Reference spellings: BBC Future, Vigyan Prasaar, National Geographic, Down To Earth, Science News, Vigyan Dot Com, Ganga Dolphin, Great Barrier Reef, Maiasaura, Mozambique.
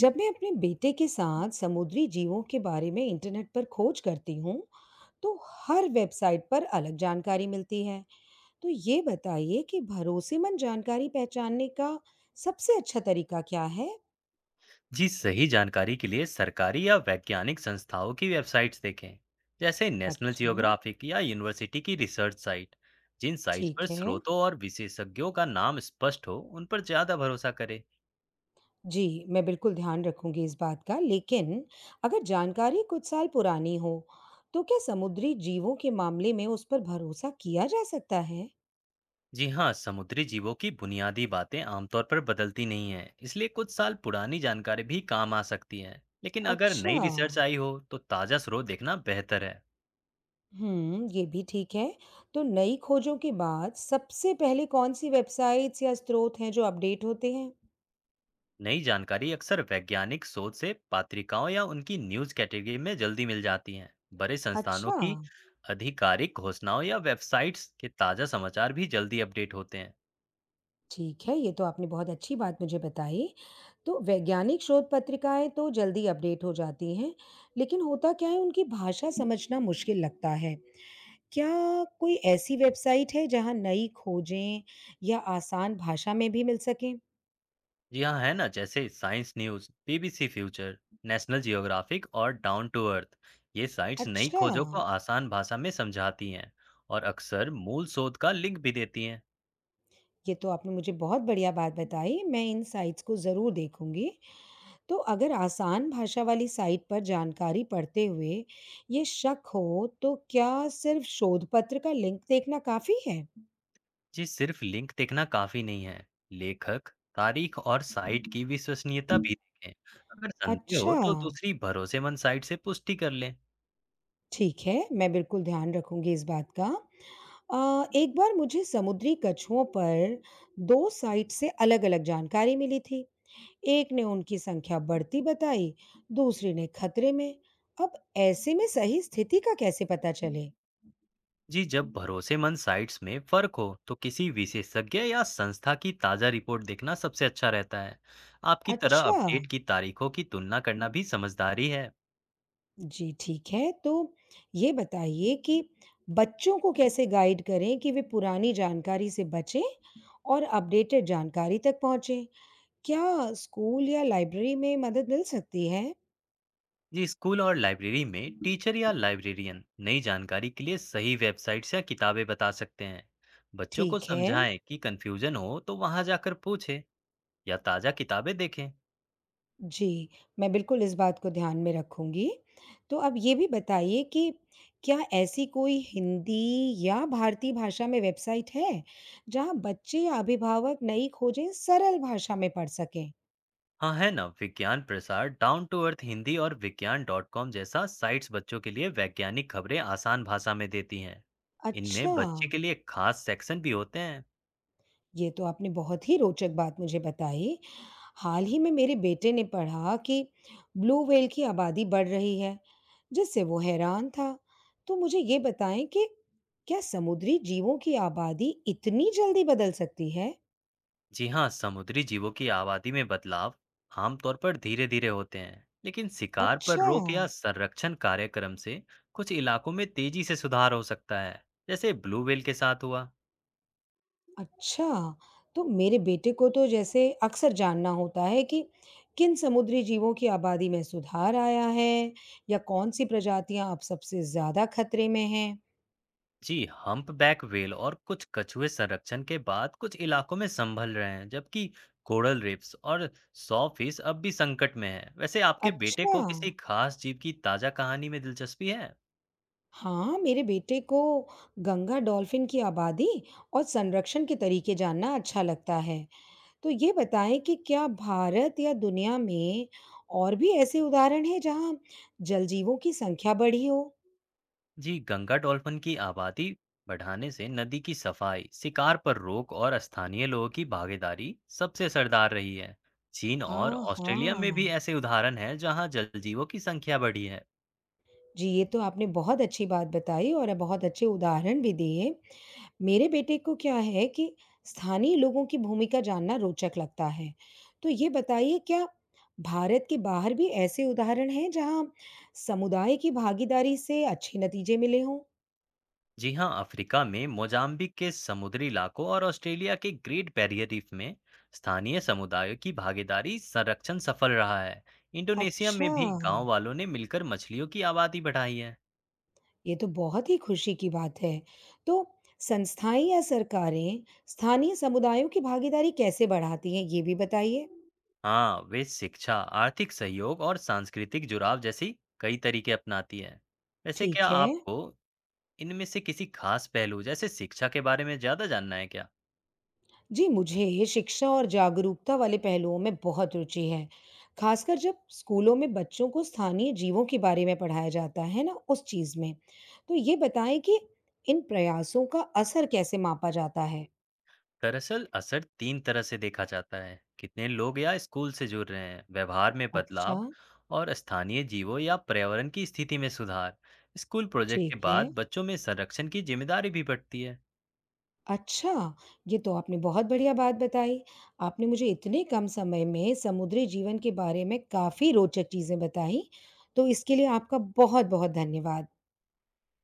जब मैं अपने बेटे के साथ समुद्री जीवों के बारे में इंटरनेट पर खोज करती हूँ तो हर वेबसाइट पर अलग जानकारी मिलती है। तो ये बताइए कि भरोसेमंद जानकारी पहचानने का सबसे अच्छा तरीका क्या है। जी सही जानकारी के लिए सरकारी या वैज्ञानिक संस्थाओं की वेबसाइट्स देखें। जैसे नेशनल अच्छा। जियोग्राफिक या यूनिवर्सिटी की रिसर्च साइट। जिन साइट पर ठीक है, स्रोतों और विशेषज्ञों का नाम स्पष्ट हो उन पर ज़्यादा भरोसा करें। जी। मैं बिल्कुल ध्यान रखूंगी इस बात का, लेकिन अगर जानकारी कुछ साल पुरानी हो तो क्या समुद्री जीवों के मामले में उस पर भरोसा किया जा सकता है। जी हाँ, समुद्री जीवों की बुनियादी बातें आमतौर पर बदलती नहीं हैं, इसलिए कुछ साल पुरानी जानकारी भी काम आ सकती है। लेकिन अगर अच्छा। नई रिसर्च आई हो तो ताज़ा स्रोत देखना बेहतर है। ये भी ठीक है। तो नई खोजों के बाद सबसे पहले कौन-सी वेबसाइट्स या स्रोत हैं जो अपडेट होते हैं? नई जानकारी अक्सर वैज्ञानिक शोध से पत्रिकाओं या उनकी न्यूज़ कैटेगरी में जल्दी मिल जाती हैं। बड़े संस्थानों अच्छा, की आधिकारिक घोषणाओं या वेबसाइट्स के ताज़ा समाचार भी जल्दी अपडेट होते हैं। ठीक है, ये तो आपने बहुत अच्छी बात मुझे बताई। तो वैज्ञानिक शोध पत्रिकाएँ तो जल्दी अपडेट हो जाती हैं, लेकिन होता क्या है उनकी भाषा समझना मुश्किल लगता है। क्या कोई ऐसी वेबसाइट है जहाँ नई खोजें या आसान भाषा में भी मिल सकें? जी हाँ, है ना, जैसे science news, BBC Future, National Geographic और डाउन टू अर्थ। ये साइट्स नई अच्छा, खोजों को आसान भाषा में समझाती हैं और अक्सर मूल शोध का लिंक भी देती हैं। ये तो आपने मुझे बहुत बढ़िया बात बताई। मैं इन साइट्स को ज़रूर देखूँगी। तो अगर आसान भाषा वाली साइट पर जानकारी पढ़ते हुए ये शक हो तो क्या सिर्फ शोध पत्र का लिंक देखना काफी है? जी सिर्फ लिंक देखना काफी नहीं है। लेखक, तारीख और साइट की विश्वसनीयता भी देखें। अगर संदेह हो अच्छा, तो दूसरी भरोसेमंद साइट से पुष्टि कर लें। ठीक है, मैं बिल्कुल ध्यान रखूंगी इस बात का। एक बार मुझे समुद्री कछुओं पर दो साइट से अलग-अलग जानकारी मिली थी। एक ने उनकी संख्या बढ़ती बताई, दूसरी ने खतरे में। अब ऐसे में सही स्थिति का कैसे पता चले? जी जब भरोसेमंद साइट्स में फर्क हो तो किसी विशेषज्ञ या संस्था की ताजा रिपोर्ट देखना सबसे अच्छा रहता है। आपकी तरह अच्छा अपडेट की तारीखों की तुलना करना भी समझदारी है। जी, ठीक है। तो ये बताइए कि बच्चों को कैसे गाइड करें कि वे पुरानी जानकारी से बचें और अपडेटेड जानकारी तक पहुँचें? क्या स्कूल या लाइब्रेरी में मदद मिल सकती है? जी स्कूल और लाइब्रेरी में टीचर या लाइब्रेरियन नई जानकारी के लिए सही वेबसाइट्स या किताबें बता सकते हैं। बच्चों को ठीक है। समझाएं कि कंफ्यूजन हो तो वहां जाकर पूछें या ताजा किताबें देखें। जी, मैं बिल्कुल इस बात को ध्यान में रखूँगी। तो अब ये भी बताइए कि क्या ऐसी कोई हिंदी या भारतीय भाषा में वेबसाइट है, जहाँ बच्चे या अभिभावक नई खोजें सरल भाषा में पढ़ सकें? हाँ है ना, विज्ञान प्रसार, डाउन टू अर्थ हिंदी और विज्ञान.com जैसा साइट्स बच्चों के लिए वैज्ञानिक खबरें आसान भाषा में देती हैं। इनमें अच्छा। बच्चे के लिए खास सेक्शन भी होते हैं। ये तो आपने बहुत ही रोचक बात मुझे बताई। हाल ही में मेरे बेटे ने पढ़ा कि ब्लू व्हेल की आबादी बढ़ रही है, जिससे वो हैरान था। तो मुझे ये बताएं कि क्या समुद्री जीवों की आबादी इतनी जल्दी बदल सकती है? जी हाँ, समुद्री जीवों की आबादी में बदलाव आमतौर पर धीरे धीरे होते हैं, लेकिन शिकार पर अच्छा, रोक या संरक्षण कार्यक्रम से कुछ इलाकों में तेजी से सुधार हो सकता है, जैसे ब्लू व्हेल के साथ हुआ। अच्छा। तो मेरे बेटे को तो जैसे अक्सर जानना होता है कि किन समुद्री जीवों की आबादी में सुधार आया है या कौन सी प्रजातियां अब सबसे ज्यादा खतरे में हैं। जी हम्पबैक व्हेल और कुछ कछुए संरक्षण के बाद कुछ इलाकों में संभल रहे हैं, जबकि कोरल रीफ्स और सॉ फिश अब भी संकट में है। वैसे आपके बेटे अच्छा। को किसी खास जीव की ताजा कहानी में दिलचस्पी है? हाँ, मेरे बेटे को गंगा डॉल्फिन की आबादी और संरक्षण के तरीके जानना अच्छा लगता है। तो ये बताएं कि क्या भारत या दुनिया में और भी ऐसे उदाहरण हैं जहाँ जलजीवों की संख्या बढ़ी हो? जी गंगा डॉल्फिन की आबादी बढ़ाने से नदी की सफाई, शिकार पर रोक और स्थानीय लोगों की भागीदारी सबसे असरदार रही है। चीन और आहा, ऑस्ट्रेलिया में भी ऐसे उदाहरण हैं जहां जलजीवों की संख्या बढ़ी है। जी, ये तो आपने बहुत अच्छी बात बताई और बहुत अच्छे उदाहरण भी दिए। मेरे बेटे को क्या है कि स्थानीय लोगों की भूमिका जानना रोचक लगता है। तो ये बताइए क्या भारत के बाहर भी ऐसे उदाहरण हैं जहां समुदाय की भागीदारी से अच्छे नतीजे मिले हों? जी हां, अफ्रीका में मोजाम्बिक के समुद्री इलाकों और ऑस्ट्रेलिया के ग्रेट बैरियर रीफ में स्थानीय समुदायों की भागीदारी संरक्षण सफल रहा है। इंडोनेशिया अच्छा, में भी गांव वालों ने मिलकर मछलियों की आबादी बढ़ाई है। ये तो बहुत ही खुशी की बात है। तो संस्थाएं या सरकारें स्थानीय समुदायों की भागीदारी कैसे बढ़ाती हैं, ये भी बताइए। हाँ वे शिक्षा, आर्थिक सहयोग और सांस्कृतिक जुड़ाव जैसी कई तरीके अपनाती है। वैसे क्या ठीक है। आपको इनमें से किसी खास पहलू, जैसे शिक्षा के बारे में ज्यादा जानना है क्या? जी, मुझे शिक्षा और जागरूकता वाले पहलुओं में बहुत रुचि है, खासकर जब स्कूलों में बच्चों को स्थानीय जीवों के बारे में पढ़ाया जाता है ना, उस चीज़ में। तो ये बताएँ कि इन प्रयासों का असर कैसे मापा जाता है? दरअसल असर तीन तरह से देखा जाता है। कितने लोग या स्कूल से जुड़ रहे हैं, व्यवहार में अच्छा, बदलाव और स्थानीय जीवों या पर्यावरण की स्थिति में सुधार। स्कूल प्रोजेक्ट के ठीक है। बाद बच्चों में संरक्षण की जिम्मेदारी भी बढ़ती है। अच्छा, ये तो आपने बहुत बढ़िया बात बताई। आपने मुझे इतने कम समय में समुद्री जीवन के बारे में काफ़ी रोचक चीज़ें बताई, तो इसके लिए आपका बहुत-बहुत धन्यवाद।